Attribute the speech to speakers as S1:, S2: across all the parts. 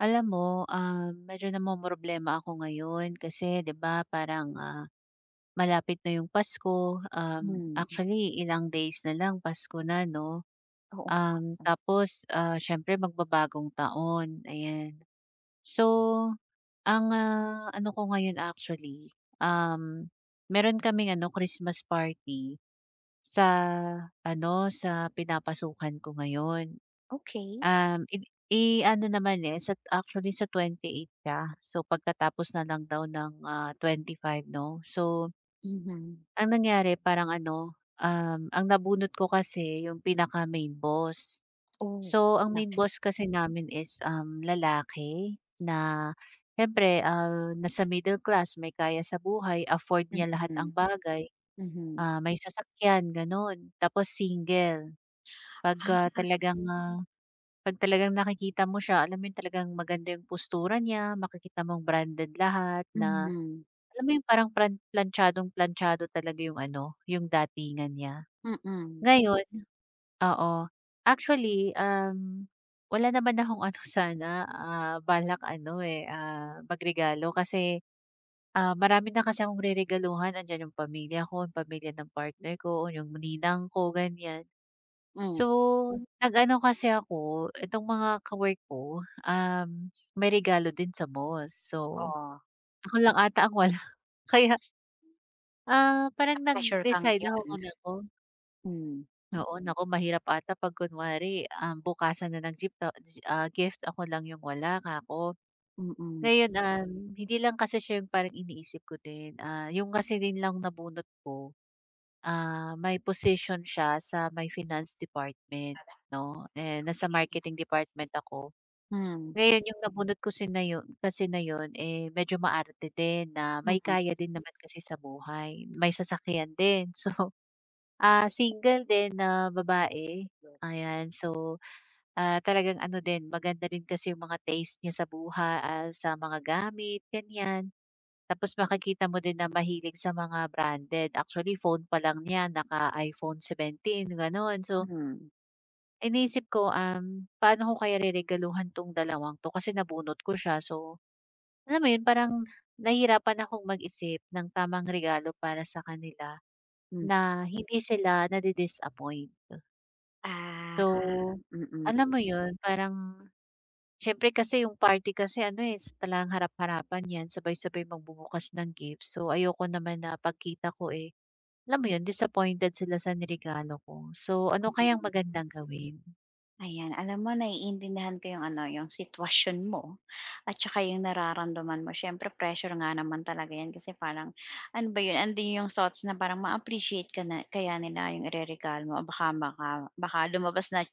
S1: Alam mo, medyo namomroblema ako ngayon kasi 'di ba parang, malapit na yung Pasko. Um,
S2: Hmm,
S1: actually ilang days na lang Pasko na 'no.
S2: oo.
S1: Tapos, siyempre magbabagong taon, ayan. So, ang, ano ko ngayon actually, um, meron kaming ano Christmas party sa ano, sa pinapasukan ko ngayon.
S2: Okey.
S1: Um, id i-ano naman, eh, sa actually sa 28 siya. So, pagkatapos na lang daw ng, five 'no. So,
S2: Mhm.
S1: ang nangyari parang ano, ang nabunot ko kasi yung pinaka-main boss.
S2: Oh,
S1: So, ang main
S2: naku,
S1: boss kasi namin is, lalaki na siyempre, nasa middle class, may kaya sa buhay, afford niya lahat
S2: mm,
S1: ang bagay,
S2: mhm.
S1: may sasakyan gano'n, tapos single. 'Pag,
S2: Ah,
S1: ah, talagang, ah 'Pag talagang nakikita mo siya, alam mo yun, talagang maganda yung postura niya, makikita mong branded lahat, na
S2: mhm,
S1: alam mo yung parang plantsadong planchado talaga yung ano, yung datingan niya.
S2: mm, hmm,
S1: Ngayon. Oo. Actually, wala naman akong ano sana, balak ano, eh, magregalo kasi, marami na kasi akong reregaluhan. Andiyan yung pamilya ko, yung pamilya ng partner ko, yung ninang ko, ganyan. So, nag-ano kasi ako, itong mga ka-work ko, may regalo din sa boss. So,
S2: oo.
S1: ako lang ata ang wala. Kaya, parang
S2: Na-pressure ka
S1: nag-decide
S2: ngayon.
S1: ako kung naku.
S2: Hmm,
S1: Oo, naku mahirap ata 'pag kunwari, bukasan na ng gift, ako lang yung wala, kako.
S2: mm,
S1: Ngayon, hindi lang kasi siya yung parang iniisip ko din. Ah, yung kasi din lang nabunot ko, may position siya sa may finance department, 'no, eh, nasa
S2: okey.
S1: marketing department ako.
S2: Hmm,
S1: Ngayon yung nabunot ko na yun, kasi na yun, eh, medyo maarte din, na may
S2: mhm.
S1: kaya din naman kasi sa buhay, may sasakyan din. So, single din na babae, ayan. So, talagang ano din, maganda rin kasi yung mga taste niya sa mga gamit, ganyan. Tapos makikita mo din na mahilig sa mga branded, actually phone pa lang niya naka-iPhone 17 gano'n. So,
S2: Hmm,
S1: inisip ko, paano ko kaya reregaluhan 'tong dalawang 'to kasi nabunot ko siya, so alam mo yun, parang nahihirapan akong mag-isip ng tamang regalo para sa kanila
S2: hmm.
S1: na hindi sila nadi-disappoint.
S2: Ah,
S1: So,
S2: mm.
S1: alam mo yun, parang siyempre kasi yung party kasi ano eh, talagang harap-harapan yan, sabay-sabay magbubukas ng gift. So, ayoko naman na pagkita ko eh, alam mo yun, disappointed sila sa niregalo ko. So, ano kayang magandang gawin?
S2: Ayan, alam mo naiintindihan ko yung ano, yung sitwasyon mo at saka yung nararamdaman mo. Siyempre pressure nga naman talaga yan kasi parang ano ba yun, andun yung thoughts na parang ma-appreciate ka na kaya nila yung ireregalo mo. Baka lumabas na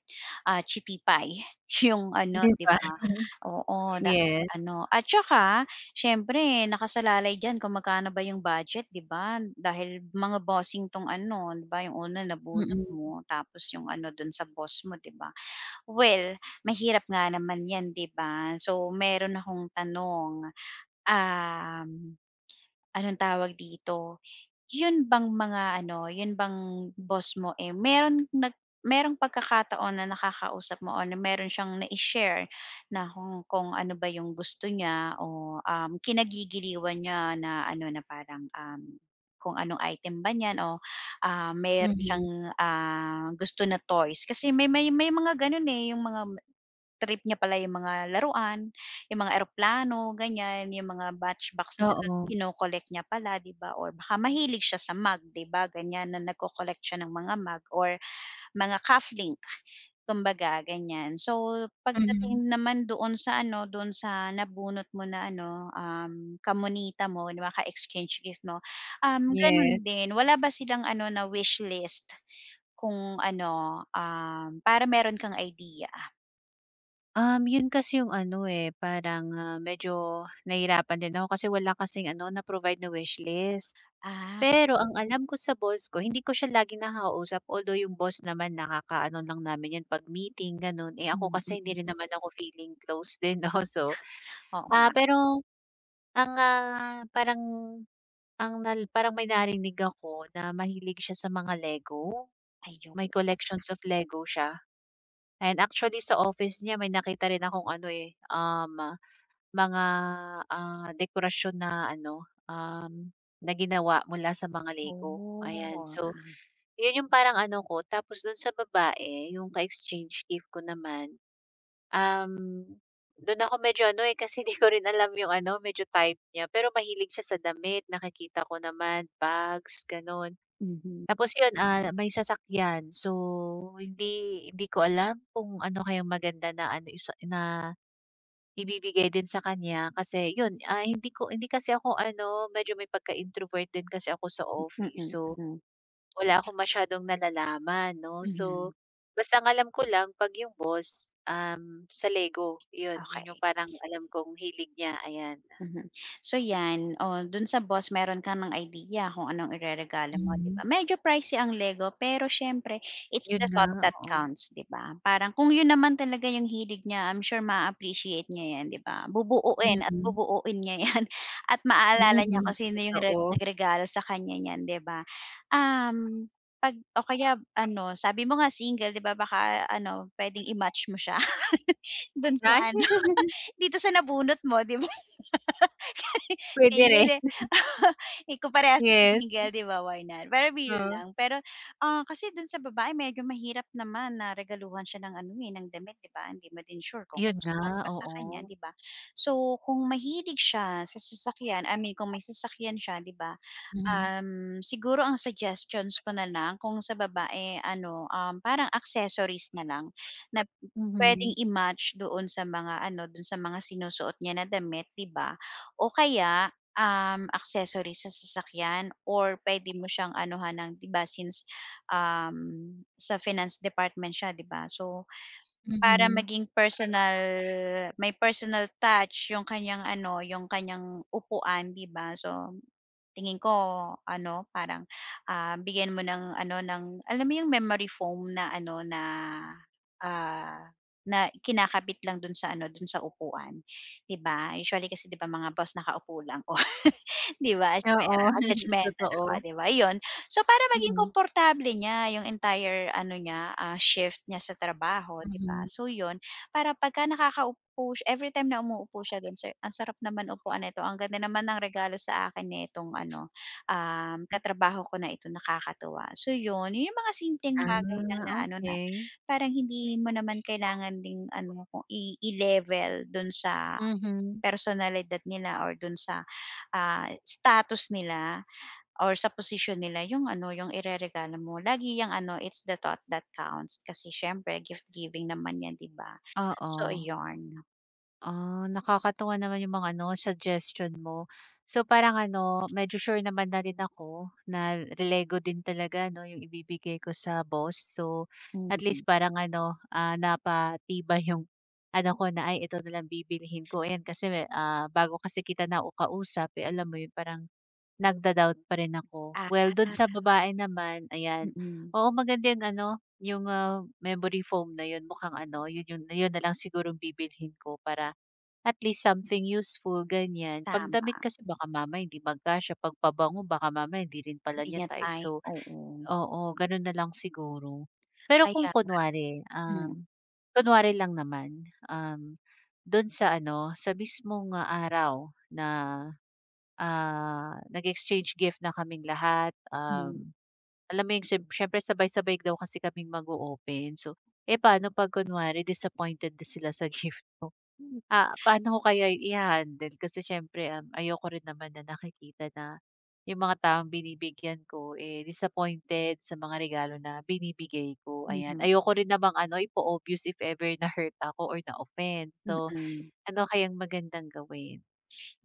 S2: chippy pie yung ano,
S1: 'Di
S2: di
S1: ba?
S2: ba? Oo, dahil
S1: Yes.
S2: ano. At saka, siyempre, nakasalalay dyan kung magkano ba yung budget, di ba? Dahil mga bossing tong ano, di ba? Yung una nabunot
S1: Mm-mm.
S2: mo, tapos yung ano dun sa boss mo, di ba? Well, mahirap nga naman 'yan, 'di ba? So, meron akong tanong, um, anong tawag dito, 'yun bang mga ano, 'yun bang boss mo, eh, merong pagkakataon na nakakausap mo o na meron siyang na share na kung ano ba 'yung gusto niya o, kinagigiliwan niya na ano, na parang, kung anong item ba niyan o, meron
S1: Mhm.
S2: siyang, gusto na toys? Kasi may mga gano'n, eh, 'yung mga Trip niya pala yung mga laruan, yung mga eroplano, ganyan, yung mga matchbox na
S1: Oo.
S2: kino-collect niya pala, 'di ba, or baka mahilig siya sa mug, 'di ba, ganyan na nagko-collect siya ng mga mug or mga cufflink, kumbaga ganyan. So,
S1: Mhm.
S2: pagdating naman doon sa ano, doon sa nabunot mo na ano, kamonita mo na ka exchange gift mo,
S1: Yes.
S2: gano'n din, wala ba silang ano na wish list kung ano, para meron kang idea?
S1: Yun kasi yung ano, eh, parang, medyo nahirapan din ako kasi wala kasing ano na-provide na wish list.
S2: Ah,
S1: Pero ang alam ko sa boss ko, hindi ko siya laging nakakausap, although yung boss naman nakakaano lang namin yun 'pag meeting gano'n. Eh, ako
S2: hmm,
S1: kasi hindi
S2: mm.
S1: rin naman ako feeling close din 'no, so,
S2: Oo,
S1: pero ang, ah, parang ang nal parang may narinig ako na mahilig siya sa mga Lego.
S2: ayun.
S1: May collections of Lego siya. And actually sa office niya may nakita rin akong ano, eh, mga, dekorasyon na ano, na ginawa mula sa mga Lego,
S2: Oh,
S1: ayan. So, yun yung parang ano ko. Tapos dun sa babae, yung ka-exchange gift ko naman. Um, dun ako medyo ano, eh, kasi di ko rin alam yung ano, medyo type niya. Pero mahilig siya sa damit, nakikita ko naman, bags, gano'n.
S2: mhm,
S1: Tapos yun, may sasakyan. So, hindi hindi ko alam kung ano kayang maganda na ano, isa na ibibigay din sa kanya, kasi yun, hindi kasi ako ano, medyo may pagka-introvert din kasi ako sa
S2: mm,
S1: office. So,
S2: mm.
S1: wala akong masyadong nalalaman 'no. So
S2: Mhm.
S1: basta ang alam ko lang 'pag yung boss, sa Lego, yun yun yung
S2: Okey.
S1: parang alam kong hilig niya, ayan.
S2: Mhm. So 'yan, oh, dun sa boss meron ka ng idea kung anong ireregalo mo, 'di ba?
S1: Mhm,
S2: Medyo pricey ang Lego pero siyempre it's
S1: yun
S2: the
S1: nga,
S2: thought that
S1: oo.
S2: counts, 'di ba? Parang kung yun naman talaga yung hilig niya, I'm sure ma appreciate niya 'yan, 'di ba? Bubuuin at
S1: Mhm.
S2: bubuuin niya 'yan at maaalala niya kung
S1: Mhm.
S2: sino yung
S1: Totoo.
S2: nagregalo sa kanya niyan, 'di ba? Um, 'Pag o kaya ano, sabi mo nga single, 'di ba, baka ano, puwedeng i-match mo siya dun
S1: Ay,
S2: sa ano, dito sa nabunot mo, 'di ba?
S1: pwede
S2: Ayun
S1: rin,
S2: hindi. Eh, kung parehas kang
S1: yes,
S2: single, 'di ba, why not? Pero biro
S1: oo.
S2: lang. Pero, kasi dun sa babae medyo mahirap naman na regaluhan siya ng ano, eh, ng damit, 'di ba? Hindi mo din sure kung
S1: Yun nga,
S2: sukat ba sa
S1: oo.
S2: kanya, 'di ba? So, kung mahilig siya sa sasakyan, I mean kung may sasakyan siya, 'di ba,
S1: Mhm,
S2: Siguro ang suggestions ko na lang kung sa babae ano, parang accessories na lang na puwedeng
S1: mhm,
S2: i-match doon sa mga ano, doon sa mga sinusuot niya na damit, 'di ba? O kaya, accessories sa sasakyan or puwede mo siyang anuhan ng 'di ba since, sa finance department siya, 'di ba? So, para
S1: mhm.
S2: maging personal may personal touch yung kanyang ano, yung kanyang upuan, 'di ba? So tingin ko ano, parang, bigyan mo ng ano, ng alam mo yung memory foam na ano, na, ah, na kinakabit lang dun sa ano, dun sa upuan, 'di ba? Usually kasi 'di ba mga boss nakaupo lang, o 'di ba?
S1: Oo,
S2: Asywera ako, judgemental ako,
S1: totoo.
S2: 'di ba? Yun. So, para maging
S1: Mhm,
S2: komportable niya yung entire ano niya, shift niya sa trabaho, 'di ba?
S1: mhm.
S2: So yun, para pagka nakakaupo siya every time na umuupo siya dun sa ang sarap naman upuan nito, ang ganda naman ng regalo sa akin nitong ano, katrabaho ko na ito, nakakatuwa. So yun, yun yung mga simpleng bagay lang na
S1: Ah,
S2: ano na
S1: okey.
S2: parang hindi mo naman kailangan ding ano kung i-level dun sa
S1: Mhm,
S2: personalidad nila or don sa, status nila. Or sa posisyon nila yung ano, yung ireregalo mo. Lagi yung ano, it's the thought that counts kasi siyempre gift giving naman yan, 'di ba? So
S1: oo.
S2: ayun.
S1: Ah, nakakatuwa naman yung mga ano, suggestion mo. So parang ano, medyo sure naman na rin ako na relego din talaga 'no, yung ibibigay ko sa boss. So at
S2: Mm.
S1: least parang ano, napatibay yung ano ko na, "Ay, ito na lang bibilhin ko." Ayan, kasi, bago kasi kita na kausap, eh, alam mo yun, parang nagda-doubt pa rin ako.
S2: Ah,
S1: Well, dun sa babae naman, ayan,
S2: mm.
S1: oo, maganda yung ano, yung, memory foam na yun. Mukhang ano, yun yun yun na lang sigurong bibilhin ko para at least something useful, ganyan.
S2: Tama,
S1: Pagdamit damit kasi baka mamaya hindi magkasya, pagpabango, pabango baka mamaya hindi rin pala
S2: hindi
S1: niya
S2: niya
S1: type.
S2: time,
S1: So,
S2: oo.
S1: oo, gano'n na lang siguro. Pero kung
S2: Kaya nga,
S1: kunwari,
S2: mm,
S1: kunwari lang naman, do'n sa ano, sa mismong, araw na, nag-exchange gift na kaming lahat,
S2: hmm,
S1: alam mo yung, siyempre sabay-sabay daw kasi kaming mag open. So, eh, paano 'pag kunwari disappointed na sila sa gift? Ah, paano ko kaya i handle kasi siyempre, ayoko rin naman na nakikita na yung mga taong binibigyan ko, eh, disappointed sa mga regalo na binibigay ko, ayan.
S2: mhm,
S1: Ayoko rin namang ano, ipo-obvious if ever na-hurt ako or na-offend. So,
S2: mm.
S1: ano kayang magandang gawin?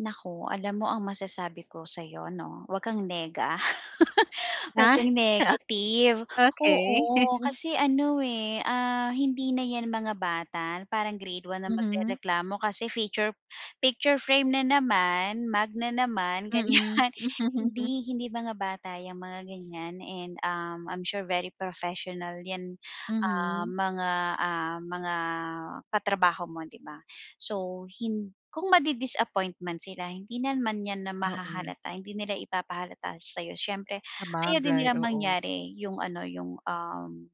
S2: Naku, alam mo ang masasabi ko sa'yo 'no, huwag kang nega. Huwag
S1: Ah,
S2: kang negative.
S1: okey.
S2: Oo, kasi ano, eh, hindi na 'yan mga bata, parang grade one na
S1: Mhm,
S2: magrereklamo kasi feature picture frame na naman, na naman,
S1: mm.
S2: ganyan. Hindi hindi mga bata yung mga ganyan and, I'm sure very professional 'yan, ah,
S1: Mhm.
S2: mga katrabaho mo, 'di ba? So, kung madi-disappointment sila hindi naman 'yan na
S1: Oo,
S2: mahahalata, hindi nila ipapahalata sa'yo siyempre ayaw din
S1: sabagay,
S2: nilang
S1: oo.
S2: mangyari yung ano, yung,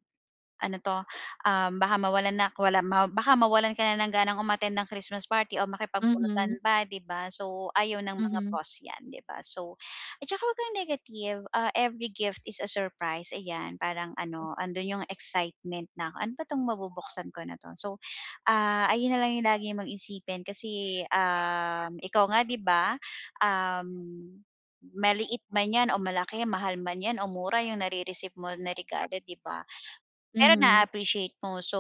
S2: ano 'to, baka mawalan ka na ng ganang umattend ng Christmas party o makipagbunutan
S1: Mhm,
S2: ba 'di ba? So, ayaw ng mga
S1: mhm,
S2: boss 'yan, 'di ba? So at saka huwag kang negative, every gift is a surprise, ayan. Parang ano, andun yung excitement na, "Ano ba 'tong mabubuksan ko na 'to?" So, ayun na lang yung lagi mong isipin kasi, ikaw nga, 'di ba, um, maliit man 'yan o malaki, mahal man 'yan o mura yung nare-receive mo na regalo, 'di ba? Pero na
S1: mhm.
S2: appreciate mo so,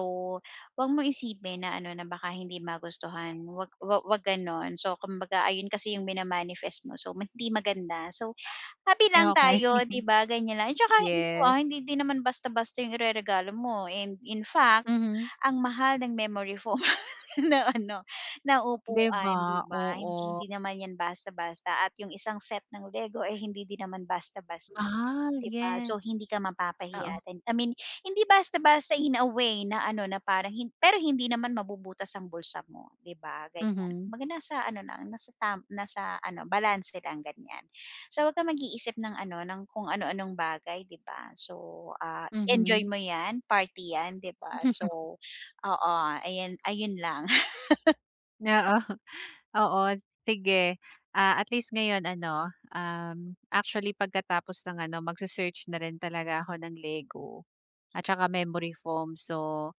S2: 'wag mo isipin na ano na baka hindi magustuhan, 'wag gano'n. So kumbaga ayun kasi yung mina-manifest mo so hindi maganda. So happy lang
S1: Okay
S2: tayo 'di ba, ganyan lang. At saka ano,
S1: Yes.
S2: hindi din naman basta-basta yung ireregalo mo and in fact,
S1: Mhm.
S2: ang mahal ng memory foam na ano, na
S1: 'Di
S2: upuan 'di
S1: ba?
S2: ba? Hindi
S1: Oo.
S2: din naman yan basta-basta at yung isang set ng Lego, eh, hindi din naman basta-basta.
S1: Ah,
S2: 'Di ba? So,
S1: yes.
S2: hindi ka mapapahiya
S1: Oo,
S2: then I mean, hindi basta-basta in a way na ano, na parang pero hindi naman mabubutas ang bulsa mo, 'di ba, ganyan.
S1: mhm,
S2: Kumbaga nasa ano lang, nasa ano, balance lang, ganyan. So, huwag kang mag-iisip ng ano, ng kung ano-anong bagay, 'di ba? So, i-enjoy
S1: mhm.
S2: mo 'yan, party 'yan, 'di ba? So oo, ayan ayun lang.
S1: Oo, oo, sige. Ah, at least ngayon ano, actually pagkatapos ng ano, magse-search na rin talaga ako ng Lego at saka memory foam. So,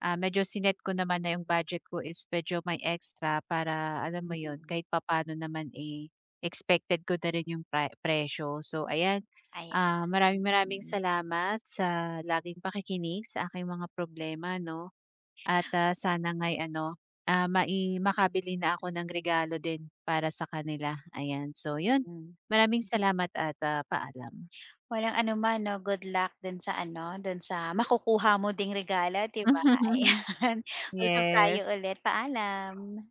S1: medyo sinet ko naman na yung budget ko is medyo may extra para alam mo yun,
S2: Mhm.
S1: kahit papaano naman, eh, expected ko na rin yung presyo. So, ayan,
S2: Ayan.
S1: maraming
S2: Mm.
S1: maraming
S2: Mm,
S1: salamat sa laging pakikinig sa aking mga problema 'no. At, sana nga'y ano, ah, mai makabili na ako ng regalo din para sa kanila, ayan. So 'yun,
S2: mm.
S1: maraming salamat at, paalam.
S2: Walang anuman 'no, good luck dun sa ano, dun sa makukuha mo ding regalo, 'di ba? Ayan, usap tayo
S1: Yes.
S2: ulit, paalam.